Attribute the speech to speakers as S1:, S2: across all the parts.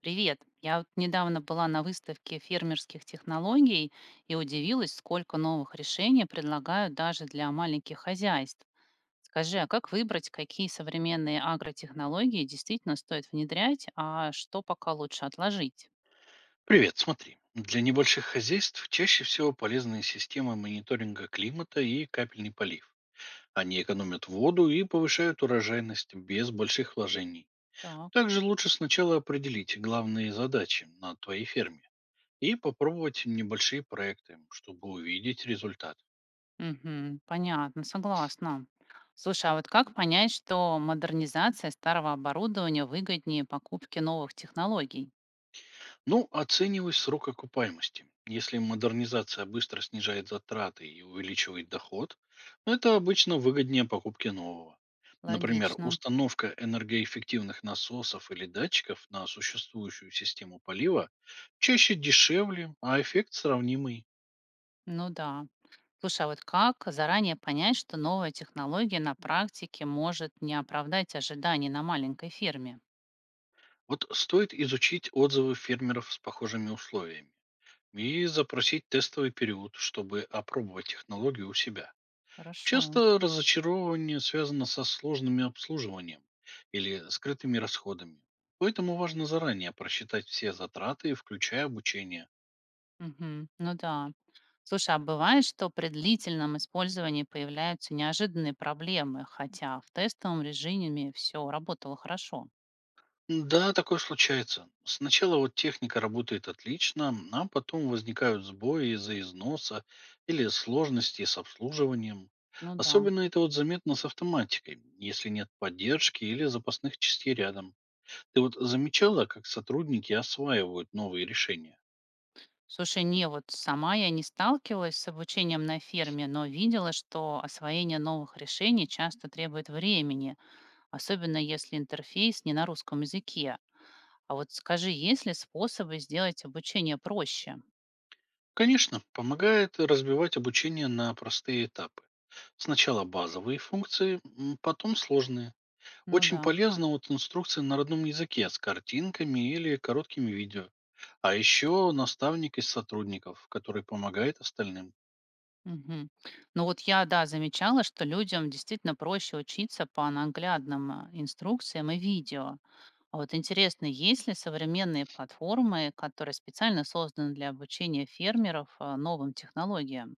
S1: Привет. Я вот недавно была на выставке фермерских технологий и удивилась, сколько новых решений предлагают даже для маленьких хозяйств. Скажи, а как выбрать, какие современные агротехнологии действительно стоит внедрять, а что пока лучше отложить?
S2: Привет, смотри. Для небольших хозяйств чаще всего полезны системы мониторинга климата и капельный полив. Они экономят воду и повышают урожайность без больших вложений.
S1: Так.
S2: Также лучше сначала определить главные задачи на твоей ферме и попробовать небольшие проекты, чтобы увидеть результат.
S1: Мгм. Понятно, согласна. Слушай, а вот как понять, что модернизация старого оборудования выгоднее покупки новых технологий?
S2: Ну, оценивай срок окупаемости. Если модернизация быстро снижает затраты и увеличивает доход, ну, это обычно выгоднее покупки нового. Например,
S1: Логично.
S2: установка энергоэффективных насосов или датчиков на существующую систему полива чаще дешевле, а эффект сравнимый.
S1: Ну да. Слушай, а вот как заранее понять, что новая технология на практике может не оправдать ожиданий на маленькой ферме?
S2: Вот стоит изучить отзывы фермеров с похожими условиями и запросить тестовый период, чтобы опробовать технологию у себя.
S1: Хорошо.
S2: Часто разочарование связано со сложным обслуживанием или скрытыми расходами. Поэтому важно заранее просчитать все затраты, включая обучение.
S1: Мгм. Ну да. Слушай, а бывает, что при длительном использовании появляются неожиданные проблемы, хотя в тестовом режиме все работало хорошо.
S2: Да, такое случается. Сначала вот техника работает отлично, а потом возникают сбои из-за износа или сложности с обслуживанием.
S1: Ну да.
S2: Особенно это вот заметно с автоматикой, если нет поддержки или запасных частей рядом. Ты вот замечала, как сотрудники осваивают новые решения?
S1: Слушай, не, вот сама я не сталкивалась с обучением на ферме, но видела, что освоение новых решений часто требует времени, особенно если интерфейс не на русском языке. А вот скажи, есть ли способы сделать обучение проще?
S2: Конечно, помогает разбивать обучение на простые этапы. Сначала базовые функции, потом сложные.
S1: Ну
S2: Очень
S1: да.
S2: полезна вот инструкция на родном языке с картинками или короткими видео. А еще наставник из сотрудников, который помогает остальным.
S1: Мгм. Ну вот я, да, замечала, что людям действительно проще учиться по наглядным инструкциям и видео. А вот интересно, есть ли современные платформы, которые специально созданы для обучения фермеров новым технологиям?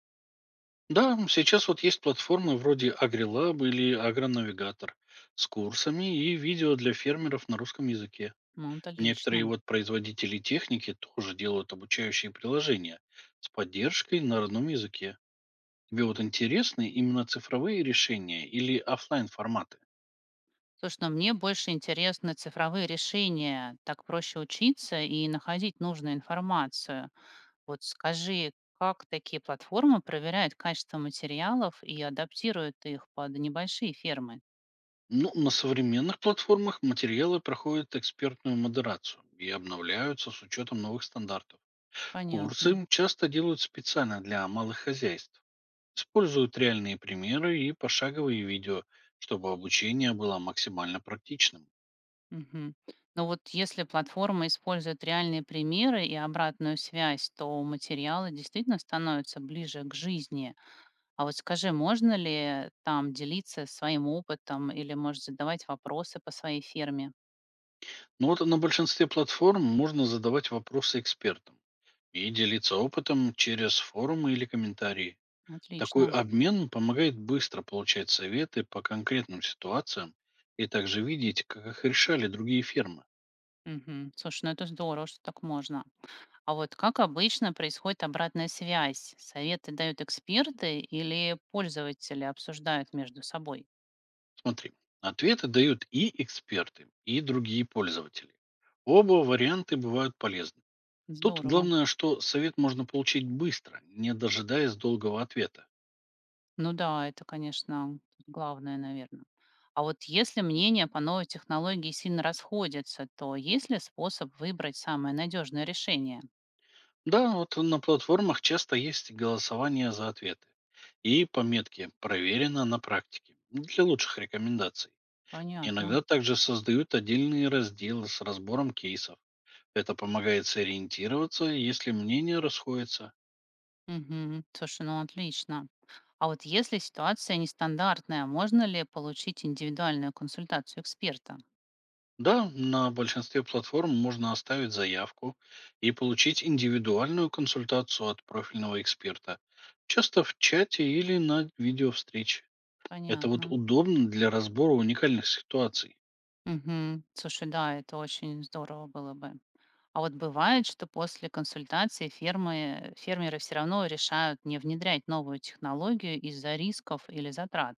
S2: Да, сейчас вот есть платформы вроде AgriLab или Агронавигатор с курсами и видео для фермеров на русском языке.
S1: Ну,
S2: Некоторые
S1: отлично.
S2: вот производители техники тоже делают обучающие приложения с поддержкой на родном языке. Тебе вот интересны именно цифровые решения или оффлайн форматы?
S1: Слушай, но мне больше интересны цифровые решения. Так проще учиться и находить нужную информацию. Вот скажи, как такие платформы проверяют качество материалов и адаптируют их под небольшие фермы?
S2: Ну, на современных платформах материалы проходят экспертную модерацию и обновляются с учетом новых стандартов.
S1: Понятно.
S2: Курсы часто делают специально для малых хозяйств. Используют реальные примеры и пошаговые видео, чтобы обучение было максимально практичным.
S1: Мгм. Но вот если платформа использует реальные примеры и обратную связь, то материалы действительно становятся ближе к жизни. А вот скажи, можно ли там делиться своим опытом или, может, задавать вопросы по своей ферме?
S2: Ну вот на большинстве платформ можно задавать вопросы экспертам и делиться опытом через форумы или комментарии. Такой
S1: Отлично.
S2: обмен помогает быстро получать советы по конкретным ситуациям и также видеть, как их решали другие фермы.
S1: Мгм. Слушай, ну это здорово, что так можно. А вот как обычно происходит обратная связь? Советы дают эксперты или пользователи обсуждают между собой?
S2: Смотри, ответы дают и эксперты, и другие пользователи. Оба варианты бывают полезны. Тут
S1: Здорово.
S2: главное, что совет можно получить быстро, не дожидаясь долгого ответа.
S1: Ну да, это, конечно, главное, наверное. А вот если мнения по новой технологии сильно расходятся, то есть ли способ выбрать самое надежное решение?
S2: Да, вот на платформах часто есть голосование за ответы и пометки «Проверено на практике» для лучших рекомендаций.
S1: Понятно.
S2: Иногда также создают отдельные разделы с разбором кейсов. Это помогает сориентироваться, если мнения расходятся.
S1: Мгм. Слушай, ну отлично. А вот если ситуация нестандартная, можно ли получить индивидуальную консультацию эксперта?
S2: Да, на большинстве платформ можно оставить заявку и получить индивидуальную консультацию от профильного эксперта, часто в чате или на видеовстреч. Это вот
S1: Понятно.
S2: удобно для разбора уникальных ситуаций.
S1: Мгм. Слушай, да, это очень здорово было бы. А вот бывает, что после фермеры все равно решают не внедрять новую технологию из-за рисков или затрат.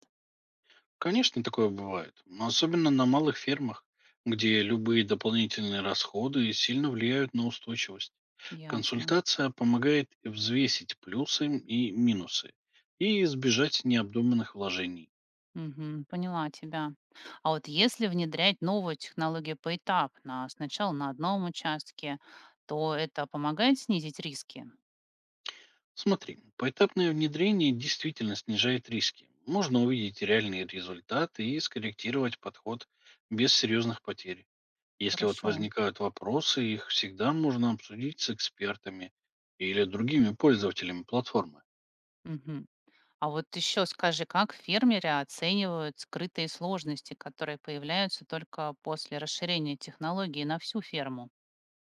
S2: Конечно, такое бывает. Особенно на малых фермах, где любые дополнительные расходы сильно влияют на устойчивость.
S1: Ясно.
S2: Консультация помогает взвесить плюсы и минусы и избежать необдуманных вложений.
S1: Мгм. Поняла тебя. А вот если внедрять новую технологию поэтапно, сначала на одном участке, то это помогает снизить риски?
S2: Смотри, поэтапное внедрение действительно снижает риски. Можно увидеть реальные результаты и скорректировать подход без серьезных потерь. Если вот
S1: Хорошо.
S2: возникают вопросы, их всегда можно обсудить с экспертами или другими пользователями платформы.
S1: Мгм. А вот еще скажи, как фермеры оценивают скрытые сложности, которые появляются только после расширения технологии на всю ферму?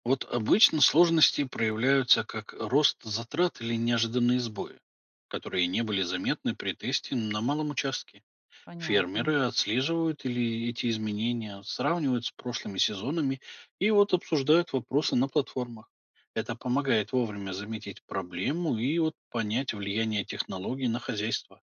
S2: Вот обычно сложности проявляются как рост затрат или неожиданные сбои, которые не были заметны при тесте на малом участке.
S1: Понятно.
S2: Фермеры отслеживают или эти изменения, сравнивают с прошлыми сезонами и вот обсуждают вопросы на платформах. Это помогает вовремя заметить проблему и вот понять влияние технологий на хозяйство.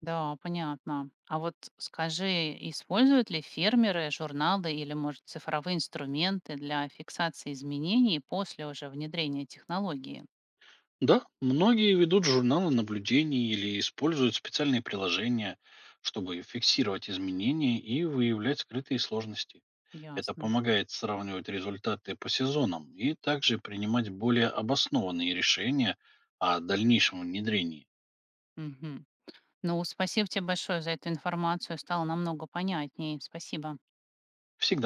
S1: Да, понятно. А вот скажи, используют ли фермеры журналы или, может, цифровые инструменты для фиксации изменений после уже внедрения технологии?
S2: Да, многие ведут журналы наблюдений или используют специальные приложения, чтобы фиксировать изменения и выявлять скрытые сложности. Это
S1: Ясно.
S2: помогает сравнивать результаты по сезонам и также принимать более обоснованные решения о дальнейшем внедрении.
S1: Мгм. Ну, спасибо тебе большое за эту информацию. Стало намного понятнее. Спасибо.
S2: Всегда